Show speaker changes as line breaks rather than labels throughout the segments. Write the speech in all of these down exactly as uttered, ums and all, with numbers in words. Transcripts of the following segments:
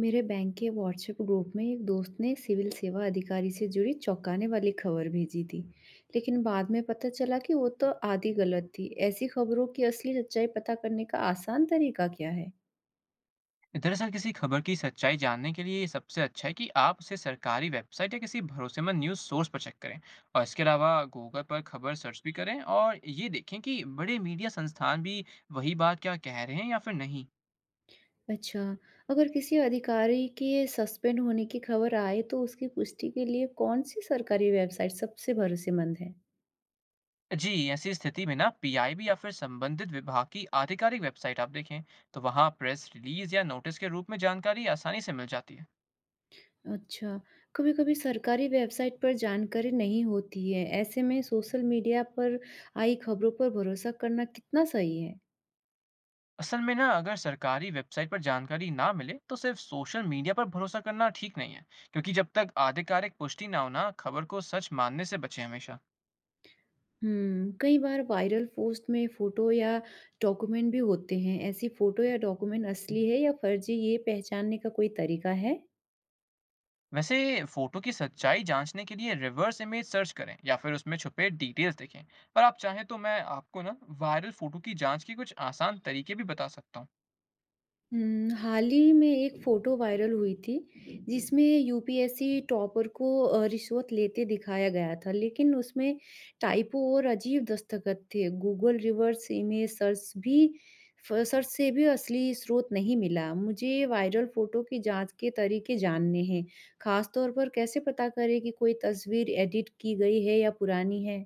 मेरे बैंक के WhatsApp group में एक दोस्त ने सिविल सेवा अधिकारी से जुड़ी चौंकाने वाली खबर भेजी थी। लेकिन बाद में पता चला कि वो तो आधी गलत थी। ऐसी खबरों की असली सच्चाई पता करने का आसान तरीका क्या है?
दरअसल किसी खबर की सच्चाई जानने के लिए ये सबसे अच्छा है कि आप उसे सरकारी वेबसाइट या किसी भरोसेमंद न्यूज़ सोर्स पर चेक करें। और इसके अलावा गूगल पर खबर सर्च भी करें और ये देखें कि बड़े मीडिया संस्थान भी वही बात क्या कह रहे हैं या फिर नहीं।
अच्छा। अगर किसी अधिकारी के सस्पेंड होने की खबर आए तो उसकी पुष्टि के लिए कौन सी सरकारी वेबसाइट सबसे भरोसेमंद है?
जी, ऐसी स्थिति में ना पी आई बी या फिर संबंधित विभाग की आधिकारिक वेबसाइट आप देखें तो वहाँ प्रेस रिलीज या नोटिस के रूप में जानकारी आसानी से मिल जाती है।
अच्छा। कभी कभी सरकारी वेबसाइट पर जानकारी नहीं होती है, ऐसे में सोशल मीडिया पर आई खबरों पर भरोसा करना कितना सही है?
असल में ना अगर सरकारी वेबसाइट पर जानकारी ना मिले तो सिर्फ सोशल मीडिया पर भरोसा करना ठीक नहीं है, क्योंकि जब तक आधिकारिक पुष्टि ना हो ना खबर को सच मानने से बचें हमेशा।
हुँ, कई बार वायरल पोस्ट में फ़ोटो या डॉक्यूमेंट भी होते हैं। ऐसी फ़ोटो या डॉक्यूमेंट असली है या फ़र्ज़ी, ये पहचानने का कोई तरीका है?
वैसे फोटो की सच्चाई जांचने के लिए रिवर्स इमेज सर्च करें या फिर उसमें छुपे डिटेल्स देखें। और आप चाहें तो मैं आपको ना वायरल फोटो की जांच के कुछ आसान तरीके भी बता सकता हूँ।
हुँ, हाल ही में एक फ़ोटो वायरल हुई थी, जिसमें U P S C topper को अ, रिश्वत लेते दिखाया गया था, लेकिन उसमें टाइपो और अजीब दस्तखत थे। गूगल रिवर्स इमेज सर्च भी फ सर्च से भी असली स्रोत नहीं मिला। मुझे वायरल फ़ोटो की जाँच के तरीके जानने हैं, ख़ास तौर पर कैसे पता करें कि कोई तस्वीर एडिट की गई है या पुरानी है?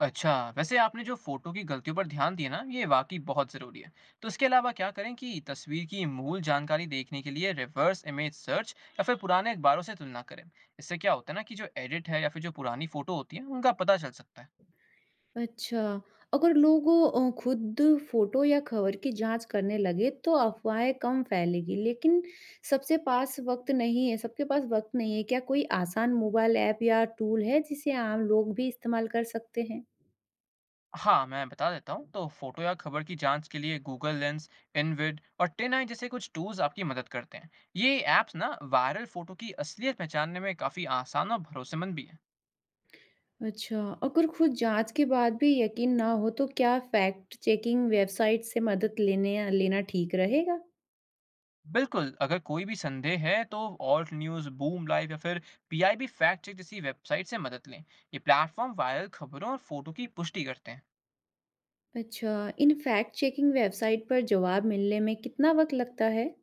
अच्छा, वैसे आपने जो फोटो की गलतियों पर ध्यान दिया ना, ये वाकई बहुत ज़रूरी है। तो इसके अलावा क्या करें कि तस्वीर की मूल जानकारी देखने के लिए रिवर्स इमेज सर्च या फिर पुराने अखबारों से तुलना करें। इससे क्या होता है ना कि जो एडिट है या फिर जो पुरानी फोटो होती है उनका पता चल सकता है।
अच्छा, अगर लोग अ, खुद फ़ोटो या खबर की जाँच करने लगे तो अफ़वाहें कम फैलेगी, लेकिन सबसे पास वक़्त नहीं है सबके पास वक़्त नहीं है। क्या कोई आसान मोबाइल ऐप या टूल है जिसे आम लोग भी इस्तेमाल कर सकते हैं?
हाँ, मैं बता देता हूँ। तो फोटो या खबर की जांच के लिए गूगल लेंस, इनविड और टेन आई जैसे कुछ टूल्स आपकी मदद करते हैं। ये ऐप्स ना वायरल फोटो की असलियत पहचानने में काफ़ी आसान और भरोसेमंद भी है।
अच्छा, अगर खुद जाँच के बाद भी यकीन ना हो तो क्या फ़ैक्ट चेकिंग वेबसाइट से मदद लेने या लेना ठीक रहेगा?
बिल्कुल, अगर कोई भी संदेह है तो ऑल्ट न्यूज़, बूम लाइव या फिर P I B fact check जैसी वेबसाइट से मदद लें। ये प्लेटफॉर्म वायरल खबरों और फोटो की पुष्टि करते हैं।
अच्छा, इन फ़ैक्ट चेकिंग वेबसाइट पर जवाब मिलने में कितना वक़्त लगता है?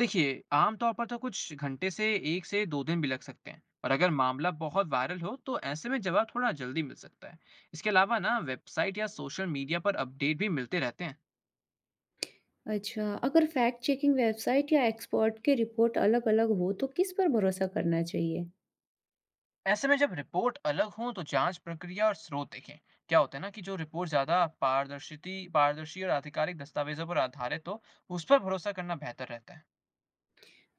देखिए, आमतौर पर तो कुछ घंटे से एक से दो दिन भी लग सकते हैं, और अगर मामला बहुत वायरल हो तो ऐसे में जवाब थोड़ा जल्दी मिल सकता है। इसके अलावा ना वेबसाइट या सोशल मीडिया पर अपडेट भी मिलते रहते हैं।
अच्छा, अगर फैक्ट चेकिंग वेबसाइट या एक्सपर्ट की रिपोर्ट अलग-अलग हो तो किस पर भरोसा करना चाहिए?
ऐसे में जब रिपोर्ट अलग हो तो जांच प्रक्रिया और स्रोत देखें। क्या होता है ना कि जो रिपोर्ट ज्यादा पारदर्शी पारदर्शी और आधिकारिक दस्तावेजों पर आधारित हो, उस पर भरोसा करना बेहतर रहता है।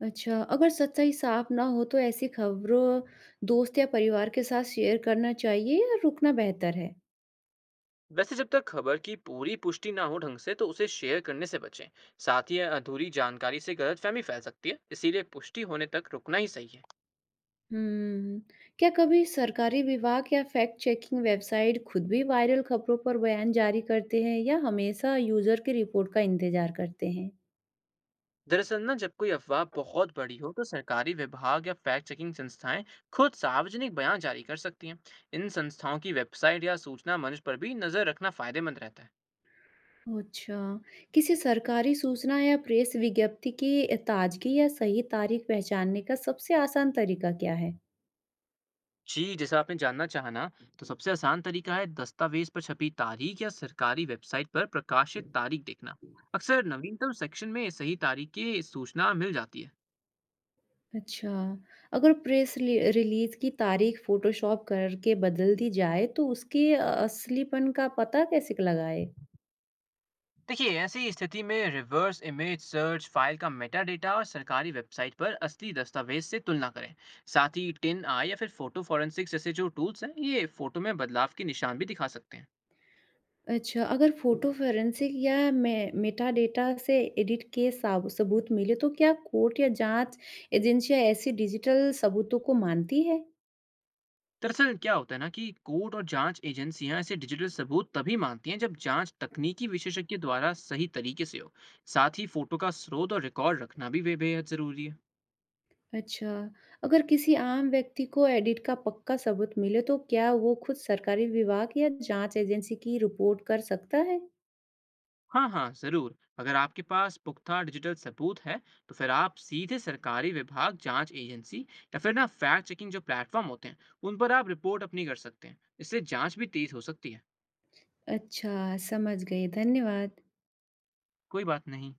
अच्छा, अगर सच्चाई साफ ना हो तो ऐसी खबरों दोस्त या परिवार के साथ शेयर करना चाहिए या रुकना बेहतर है?
वैसे जब तक खबर की पूरी पुष्टि ना हो ढंग से तो उसे शेयर करने से बचें। साथ ही अधूरी जानकारी से गलतफहमी फैल सकती है, इसीलिए पुष्टि होने तक रुकना ही सही है।
हम्म, क्या कभी सरकारी विभाग या फैक्ट चेकिंग वेबसाइट खुद भी वायरल खबरों पर बयान जारी करते हैं या हमेशा यूजर की रिपोर्ट का इंतजार करते हैं?
दरअसल ना जब कोई अफवाह बहुत बड़ी हो तो सरकारी विभाग या फैक्ट चेकिंग संस्थाएं खुद सार्वजनिक बयान जारी कर सकती हैं। इन संस्थाओं की वेबसाइट या सूचना मंच पर भी नज़र रखना फायदेमंद रहता है।
अच्छा, किसी सरकारी सूचना या प्रेस विज्ञप्ति की ताजगी या सही तारीख पहचानने का सबसे आसान तरीका क्या है?
जी, जैसा आपने जानना चाहा ना, तो सबसे आसान तरीका है दस्तावेज़ पर छपी तारीख या सरकारी वेबसाइट पर प्रकाशित तारीख देखना। अक्सर नवीनतम सेक्शन में सही तारीख की सूचना मिल जाती है।
अच्छा, अगर प्रेस ली रिलीज़ की तारीख फ़ोटोशॉप करके बदल दी जाए तो उसके अ, असलीपन का पता कैसे लगाएँ?
देखिए, ऐसी स्थिति में रिवर्स इमेज सर्च, फाइल का मेटा डेटा और सरकारी वेबसाइट पर असली दस्तावेज से तुलना करें। साथ ही टिन आई या फिर फोटो फॉरेंसिक्स जैसे जो टूल्स हैं, ये फोटो में बदलाव के निशान भी दिखा सकते हैं।
अच्छा, अगर फ़ोटो फोरेंसिक या मे मेटाडेटा से एडिट के साब सबूत मिले तो क्या कोर्ट या जाँच एजेंसियाँ ऐसी डिजिटल सबूतों को मानती है?
दरअसल क्या होता है ना कि कोर्ट और जांच एजेंसियां ऐसे डिजिटल सबूत तभी मानती हैं जब जांच तकनीकी विशेषज्ञ द्वारा सही तरीके से हो। साथ ही फोटो का स्रोत और रिकॉर्ड रखना भी वे बेहद ज़रूरी है।
अच्छा, अगर किसी आम व्यक्ति को एडिट का पक्का सबूत मिले तो क्या वो खुद सरकारी विभाग या जांच एजेंसी की रिपोर्ट कर सकता है?
हाँ हाँ, ज़रूर। अगर आपके पास पुख्ता डिजिटल सबूत है तो फिर आप सीधे सरकारी विभाग, जांच एजेंसी या फिर ना फैक्ट चेकिंग जो प्लेटफॉर्म होते हैं उन पर आप रिपोर्ट अपनी कर सकते हैं। इससे जांच भी तेज हो सकती है।
अच्छा, समझ गई। धन्यवाद।
कोई बात नहीं।